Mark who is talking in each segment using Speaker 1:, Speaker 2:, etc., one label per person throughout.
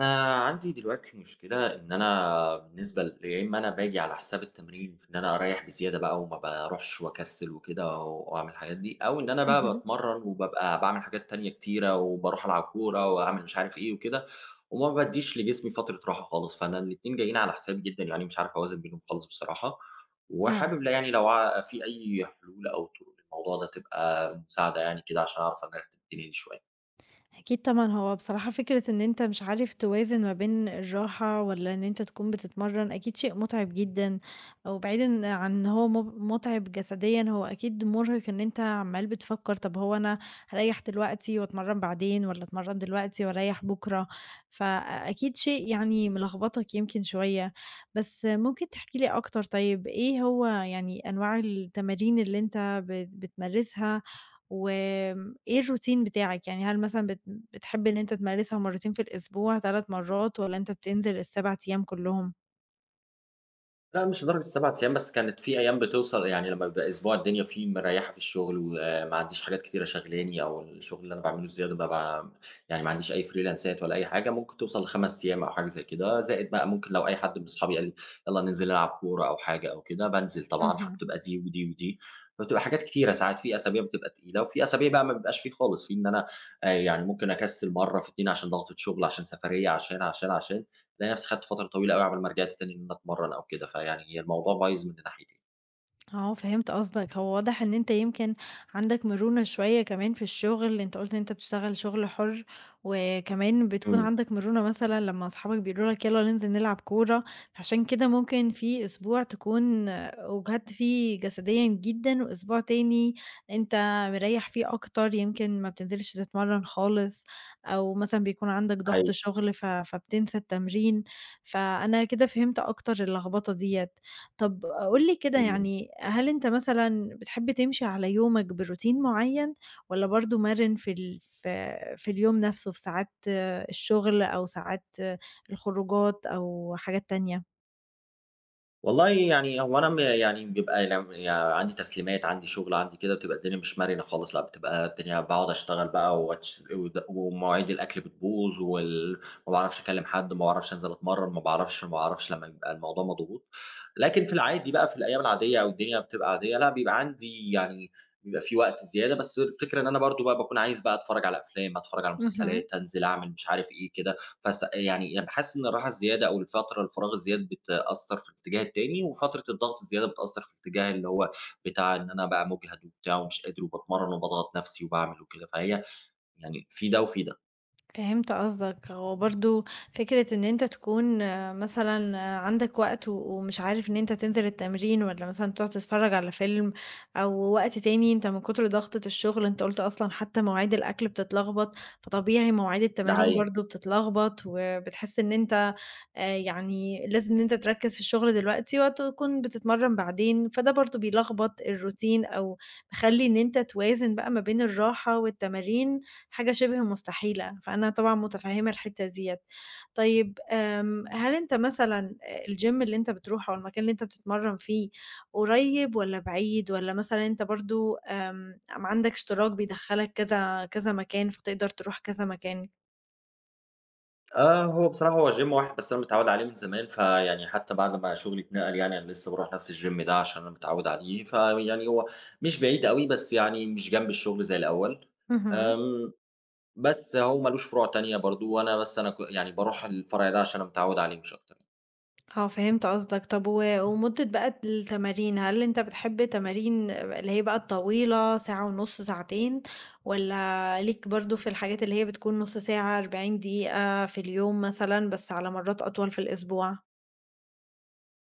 Speaker 1: أنا عندي دلوقتي مشكلة إن أنا بالنسبة ل يا إما أنا باجي على حساب التمرين في إن أنا أريّح بزيادة بقى وما باروحش وأكسل وكده وأعمل الحاجات دي، أو إن أنا بقى
Speaker 2: اهم،
Speaker 1: باتمرّن وبابقى باعمل حاجات تانية كتيرة وباروح ألعب كورة وأعمل مش عارف إيه وكده، وما بادّيش لجسمي فترة راحة خالص، فأنا الاتنين جايين على حسابي جدًا، يعني مش عارف أوازن بينهم خالص بصراحة،
Speaker 2: آه،
Speaker 1: وحابب لا يعني لو في أي حلول أو طرق للموضوع ده تبقى مساعدة يعني كده عشان أعرف أرتّب الدنيا دي شوية.
Speaker 2: أكيد طبعًا. هو بصراحة فكرة إن أنت مش عارف توازن ما بين الراحة والّا إن أنت تكون بتتمرّن، أكيد شيء مُتعب جدًا. وبعيدًا عن إن هو مُتعب جسديًا، هو أكيد مُرهق إن أنت عمّال بتفكّر طب هو أنا هاريّح دلوقتي وأتمرّن بعدين والّا أتمرّن دلوقتي وأريّح بُكرة. فأكيد شيء يعني ملخبطك يمكن شوية. بس ممكن تحكي لي أكتر. طيب إيه هو يعني أنواع التمارين اللي أنت بتمارسها، و إيه الروتين بتاعِك؟ يعني هل مثلًا بتحبّي إن أنت تمارسها مرّتين في الأسبوع، 3 مرّات، والّا أنت بتنزل ال7 أيام كلّهم؟
Speaker 1: لأ مش لدرجة 7 أيام، بس كانت في أيام بتوصل، يعني لمّا بيبقى أسبوع الدنيا فيه مريّحة في الشغل وما عنديش حاجات كتيرة شاغلاني أو الشغل اللي أنا باعمله الزيادة ده، ب يعني ما عنديش أي فريلانسات ولا أي حاجة، ممكن توصل ل5 أيام أو حاجة زي كده، زائد بقى ممكن لو أي حد من صحابي قال لي يالّا ننزل نلعب كورة أو حاجة أو كده، بانزل طبعًا،
Speaker 2: اهم.
Speaker 1: فبتبقى دي ودي ودي، فبتبقى حاجات كتيرة. ساعات في أسابيع بتبقى تقيلة وفي أسابيع بقى ما بيبقاش في خالص، في إن أنا يعني ممكن أكسل مرّة في 2 عشان ضغطة شغل، عشان سفرية، عشان، عشان، عشان، ألاقي نفسي خدت فترة طويلة أوي على بال ما رجعت تاني إن أنا أتمرّن أو كده، فيعني هي الموضوع بايظ من ناحيتين.
Speaker 2: آه، فهمت قصدك. هو واضح إن أنت يمكن عندك مرونة شوية كمان في الشغل، أنت قُلت إن أنت بتشتغل شغل حُر، وكمان بتكون
Speaker 1: إمم،
Speaker 2: عندك مرونة مثلًا لمّا أصحابك بيقولوا لك يالّا ننزل نلعب كورة. فعشان كده ممكن في أسبوع تكون أُجهدت فيه جسديًا جدًا، وأسبوع تاني أنت مريّح فيه أكتر، يمكن ما بتنزلش تتمرّن خالص، أو مثلًا بيكون عندك ضغط
Speaker 1: أيوه،
Speaker 2: شغل فبتنسى التمرين. فأنا كده فهمت أكتر اللخبطة ديّة. طب قُل لي كده،
Speaker 1: إمم.
Speaker 2: يعني هل أنت مثلًا بتحب تمشي على يومك بروتين معيّن، والّا برضه مَرِن في ال في في اليوم نَفْسه في ساعات الشغل أو ساعات الخروجات أو حاجات تانية؟
Speaker 1: والله يعني هو أنا يعني بيبقى لم يعني عندي تسليمات، عندي شغل، عندي كده، بتبقى الدنيا مش مرنة خالص، لأ بتبقى الدنيا باقعد أشتغل بقى وأتش ود ومواعيد الأكل بتبوظ ما باعرفش أكلم حد، ما باعرفش أنزل أتمرّن، ما باعرفش لمّا بيبقى الموضوع مضغوط. لكن في العادي بقى في الأيام العادية أو الدنيا بتبقى عادية، لأ بيبقى عندي يعني بيبقى في وقت زيادة، بس الفكرة إن أنا برضه بقى باكون عايز بقى أتفرّج على أفلام، أتفرّج على
Speaker 2: اهم.
Speaker 1: مسلسلات، أنزل أعمل مش عارف إيه كده. يعني باحس إن الراحة الزيادة أو الفراغ الزياد بتأثّر في الاتجاه التاني، وفترة الضغط الزيادة بتأثّر في الاتجاه اللي هو بتاع إن أنا بقى مُجهد وبتاع ومش قادر وباتمرّن وباضغط نَفْسي وباعمل وكده، فهي يعني في ده وفي ده،
Speaker 2: فهمت قصدك. وبرضو فكرة ان انت تكون مثلا عندك وقت ومش عارف ان انت تنزل التمرين ولا مثلا تقعد تتفرج على فيلم، او وقت تاني انت من كتر ضغطة الشغل انت قلت اصلا حتى مواعيد الاكل بتتلخبط، فطبيعي مواعيد
Speaker 1: ده
Speaker 2: التمارين
Speaker 1: حقيقي.
Speaker 2: برضو بتتلخبط، وبتحس ان انت يعني لازم ان انت تركز في الشغل دلوقتي وتكون بتتمرن بعدين، فده برضو بيلخبط الروتين، او مخلي ان انت توازن بقى ما بين الراحة والتمارين حاجة شِبه مستحيلة. فأنا طبعًا مُتفهِّمة الحتّة ديّة. طيب هل أنت مثلًا الgym اللي أنت بتروحه أو المكان اللي أنت بتتمرّن فيه قريّب والّا بعيد، والّا مثلًا أنت برضه، آمم، م عندك اشتراك بيدخّلك كذا كذا مكان فتقدر تروح كذا مكان؟
Speaker 1: آه، هو بصراحة هو gym واحد بس أنا متعوّد عليه من زمان، فيعني حتى بعد ما شُغلي اتنقل، يعني أنا لسه باروح نَفْس الgym ده عشان أنا متعوّد عليه، فيعني هو مش بعيد أوي، بس يعني مش جنب الشُغل زي الأول.
Speaker 2: اهم.
Speaker 1: آمم، بس هو ما لوش فروع تانية برضه، وأنا بس أنا ك يعني باروح الفرع ده عشان أنا متعوّد عليه مش أكتر.
Speaker 2: آه، فهمت قصدك. طب ومدة بقى التمارين، هل أنت بتحب تمارين اللي هي بقى الطويلة، ساعة ونُص، ساعتين، والّا ليك برضه في الحاجات اللي هي بتكون نُص ساعة، 40 دقيقة في اليوم مثلًا، بس على مرات أطول في الأسبوع؟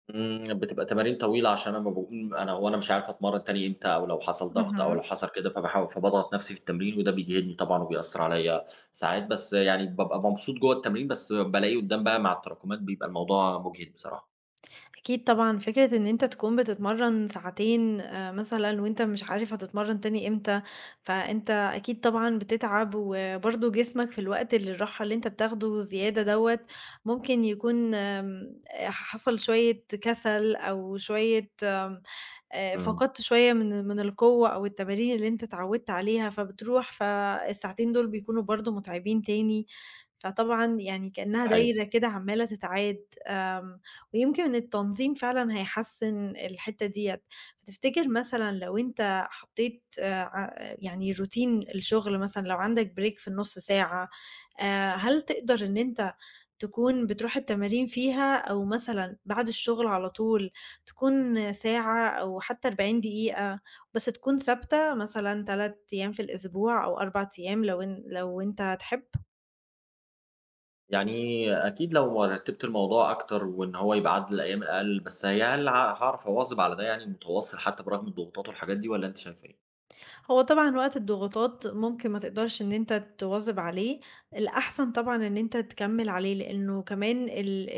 Speaker 1: إمم، بتبقى تمارين طويلة عشان أنا ما باقوم، أنا هو أنا مش عارف أتمرّن تاني إمتى أو لو حصل ضغط أو لو
Speaker 2: اهم.
Speaker 1: حصل كده، فباضغط نفسي في التمرين وده بيجهدني طبعًا وبيأثّر عليّا ساعات، بس يعني بابقى مبسوط جوّه التمرين، بس بالاقي قدّام بقى مع التراكمات بيبقى الموضوع مُجهِد بصراحة.
Speaker 2: أكيد طبعًا. فكرة إن أنت تكون بتتمرّن ساعتين مثلًا وأنت مش عارف هتتمرّن تاني إمتى، فأنت أكيد طبعًا بتتعب. وبرضه جسمك في الوقت اللي الراحة اللي أنت بتاخده زيادة دوّة، ممكن يكون حصل شوية كسل، أو شوية
Speaker 1: إمم.
Speaker 2: فقدت شوية من القوة أو التمارين اللي أنت اتعودت عليها، فبتروح فالساعتين دول بيكونوا برضه مُتعبين تاني. فطبعًا يعني كأنها
Speaker 1: أيوه.
Speaker 2: دايرة كده عمّالة تتعاد. ويمكن التنظيم فعلًا هيحسّن الحتّة ديّة. فتفتكر مثلًا لو أنت حطيت ع يعني روتين الشغل، مثلًا لو عندك break في النُص ساعة، هل تقدر إن أنت تكون بتروح التمارين فيها، أو مثلًا بعد الشغل على طول تكون ساعة أو حتى 40 دقيقة، بس تكون ثابتة مثلًا 3 أيام في الأسبوع أو 4 أيام، لو لو أنت تحب؟
Speaker 1: يعني أكيد لو رتّبت الموضوع أكتر وإن هو يبقى عدد الأيام أقل، بس هي هل هاعرف أواظب على ده يعني متواصل حتّى برغم الضغوطات والحاجات دي، والّا أنتِ شايفة إيه؟
Speaker 2: هو طبعًا وقت الضغوطات ممكن ما تقدرش إن أنت تواظب عليه، الأحسن طبعًا إن أنت تكمّل عليه، لإنه كمان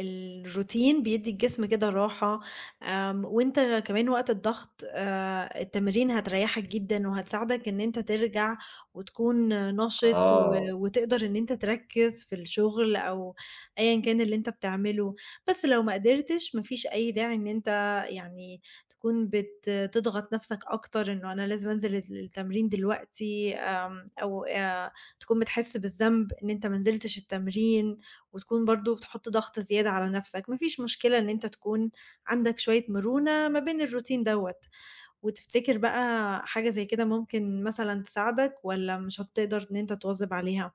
Speaker 2: الروتين بيدّي الجسم كده راحة. وأنت كمان وقت الضغط، التمارين هتريّحك جدًا وهتساعدك إن أنت ترجع وتكون نشط،
Speaker 1: آه.
Speaker 2: وتقدر إن أنت تركّز في الشغل أو أيًا كان اللي أنت بتعمله. بس لو ما قدرتش، ما فيش أي داعي إن أنت يعني تكون تضغط نفسك أكتر إنه أنا لازم أنزل التمرين دلوقتي، أو تكون بتحس بالذنب إن أنت ما نزلتش التمرين، وتكون برضه بتحط ضغط زيادة على نفسك. ما فيش مشكلة إن أنت تكون عندك شوية مرونة ما بين الروتين دوّة. وتفتكر بقى حاجة زي كده ممكن مثلًا تساعدك، والّا مش هتقدر إن أنت تواظب عليها؟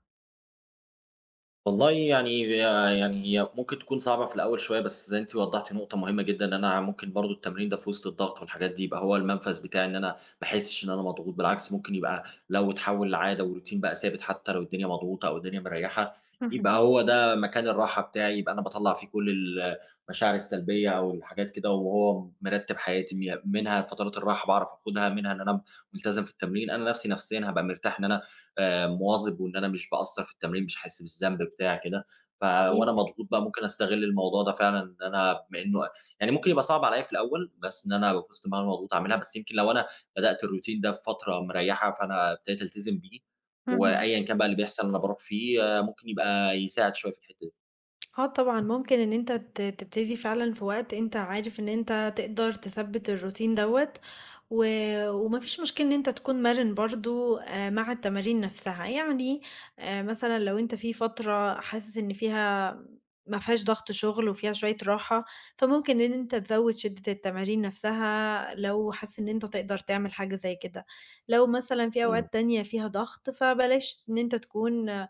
Speaker 1: والله يعني، يعني هي ممكن تكون صعبة في الأول شوية، بس زي أنتِ وضّحتِ نقطة مهمة جدًا، إن أنا ممكن برضه التمرين ده في وسط الضغط والحاجات دي يبقى هو المنفذ بتاعي، إن أنا ما احسّش إن أنا مضغوط، بالعكس ممكن يبقى لو اتحوّل لعادة وروتين بقى ثابت حتى لو الدنيا مضغوطة أو الدنيا مريّحة،
Speaker 2: اهم،
Speaker 1: يبقى هو ده مكان الراحة بتاعي، يبقى أنا باطلّع فيه كل المشاعر السلبية أو الحاجات كده وهو مرتّب حياتي، منها فترات الراحة باعرف آخُدها، منها إن أنا ملتزم في التمرين، أنا نَفْسي نفسيًا هابقى مرتاح إن أنا مواظب وإن أنا مش باقصّر في التمرين، مش حاسس بالذنب بتاع كده، وأنا
Speaker 2: أكيد.
Speaker 1: مضغوط بقى ممكن أستغل الموضوع ده فعلًا إن أنا بما إنه يعني ممكن يبقى صعب عليّا في الأول، بس إن أنا في وسط ما أنا مضغوط أعملها، بس يمكن لو أنا بدأت الروتين ده في فترة مريّحة، فأنا ابتديت ألتزم بيه،
Speaker 2: اهم.
Speaker 1: وأيًا كان بقى اللي بيحصل أنا باروح فيه، آه، ممكن يبقى يساعد شوية في الحتّة دي.
Speaker 2: آه طبعًا، ممكن إن أنت تبتدي فعلًا في وقت أنت عارف إن أنت تقدر تثبّت الروتين دوّة، و وما فيش مشكلة إن أنت تكون مرِن برضه مع التمارين نفسها. يعني مثلًا لو أنت في فترة حاسس إن ما فيهاش ضغط شغل وفيها شوية راحة، فممكن إن أنت تزوّد شِدّة التمارين نفسها، لو حاسس إن أنت تقدر تعمل حاجة زي كده. لو مثلًا في
Speaker 1: إمم.
Speaker 2: أوقات تانية فيها ضغط، فبلاش إن أنت تكون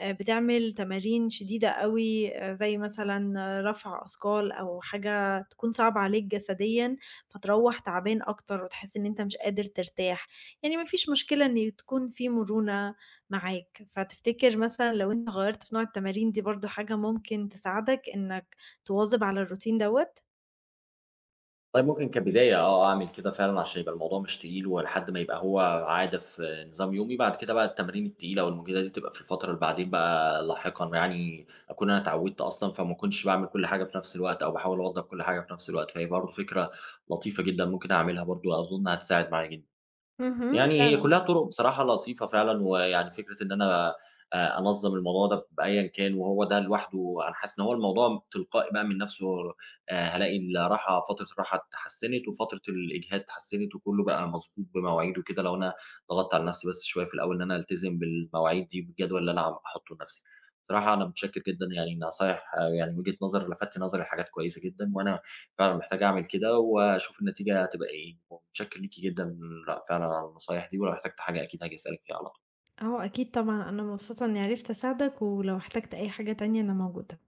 Speaker 2: بتعمل تمارين شديدة أوي، زي مثلًا رفع أثقال أو حاجة تكون صعبة عليك جسديًا، فتروّح تعبان أكتر وتحس إن أنت مش قادر ترتاح. يعني ما فيش مشكلة إن تكون في مرونة معاك. فتفتكر مثلًا لو أنت غيّرت في نوع التمارين دي، برضه حاجة ممكن تساعدك إنك تواظب على الروتين دوّة؟
Speaker 1: والله ممكن كبداية آه، آه، أعمل كده فعلًا عشان يبقى الموضوع مش تقيل، ولحد ما يبقى هو عادة في نظام يومي، بعد كده بقى التمارين التقيلة أو المجهدة دي تبقى في الفترة اللي بعدين بقى لاحقًا، يعني أكون أنا اتعودت أصلًا، فما أكونش باعمل كل حاجة في نفس الوقت، أو باحاول أوضب كل حاجة في نفس الوقت، فهي برضه فكرة لطيفة جدًا ممكن أعملها برضه، أظن هتساعد معايا جدًا. يعني هي
Speaker 2: فعلًا.
Speaker 1: كلّها طُرق بصراحة لطيفة فعلًا، ويعني فكرة إن أنا أنظّم الموضوع ده بأيًا كان وهو ده لوحده، أنا حاسس إن هو الموضوع تلقائي بقى من نَفْسه. هالاقي فترة الراحة اتحسّنت وفترة الإجهاد اتحسّنت وكُلّه بقى مضبوط بمواعيده كده، لو أنا ضغطت على نَفْسي بس شوية في الأول إن أنا ألتزم بالمواعيد دي والجدول اللي أنا أحُطّه لنَفْسي. بصراحة أنا متشكّر جدًا، يعني النصايح آه، يعني وجهة نظر لفتّ نظري لحاجات كويسة جدًا وأنا فعلًا محتاج أعمل كده وأشوف النتيجة هتبقى إيه، ومتشكر ليكِ جدًا، لأ، فعلًا على النصايح دي، ولو احتجت حاجة أكيد هاجي أسألِك فيها على
Speaker 2: آه أكيد طبعًا، أنا مبسوطة إني عرفت أساعدك، ولو احتجت أي حاجة تانية أنا موجودة.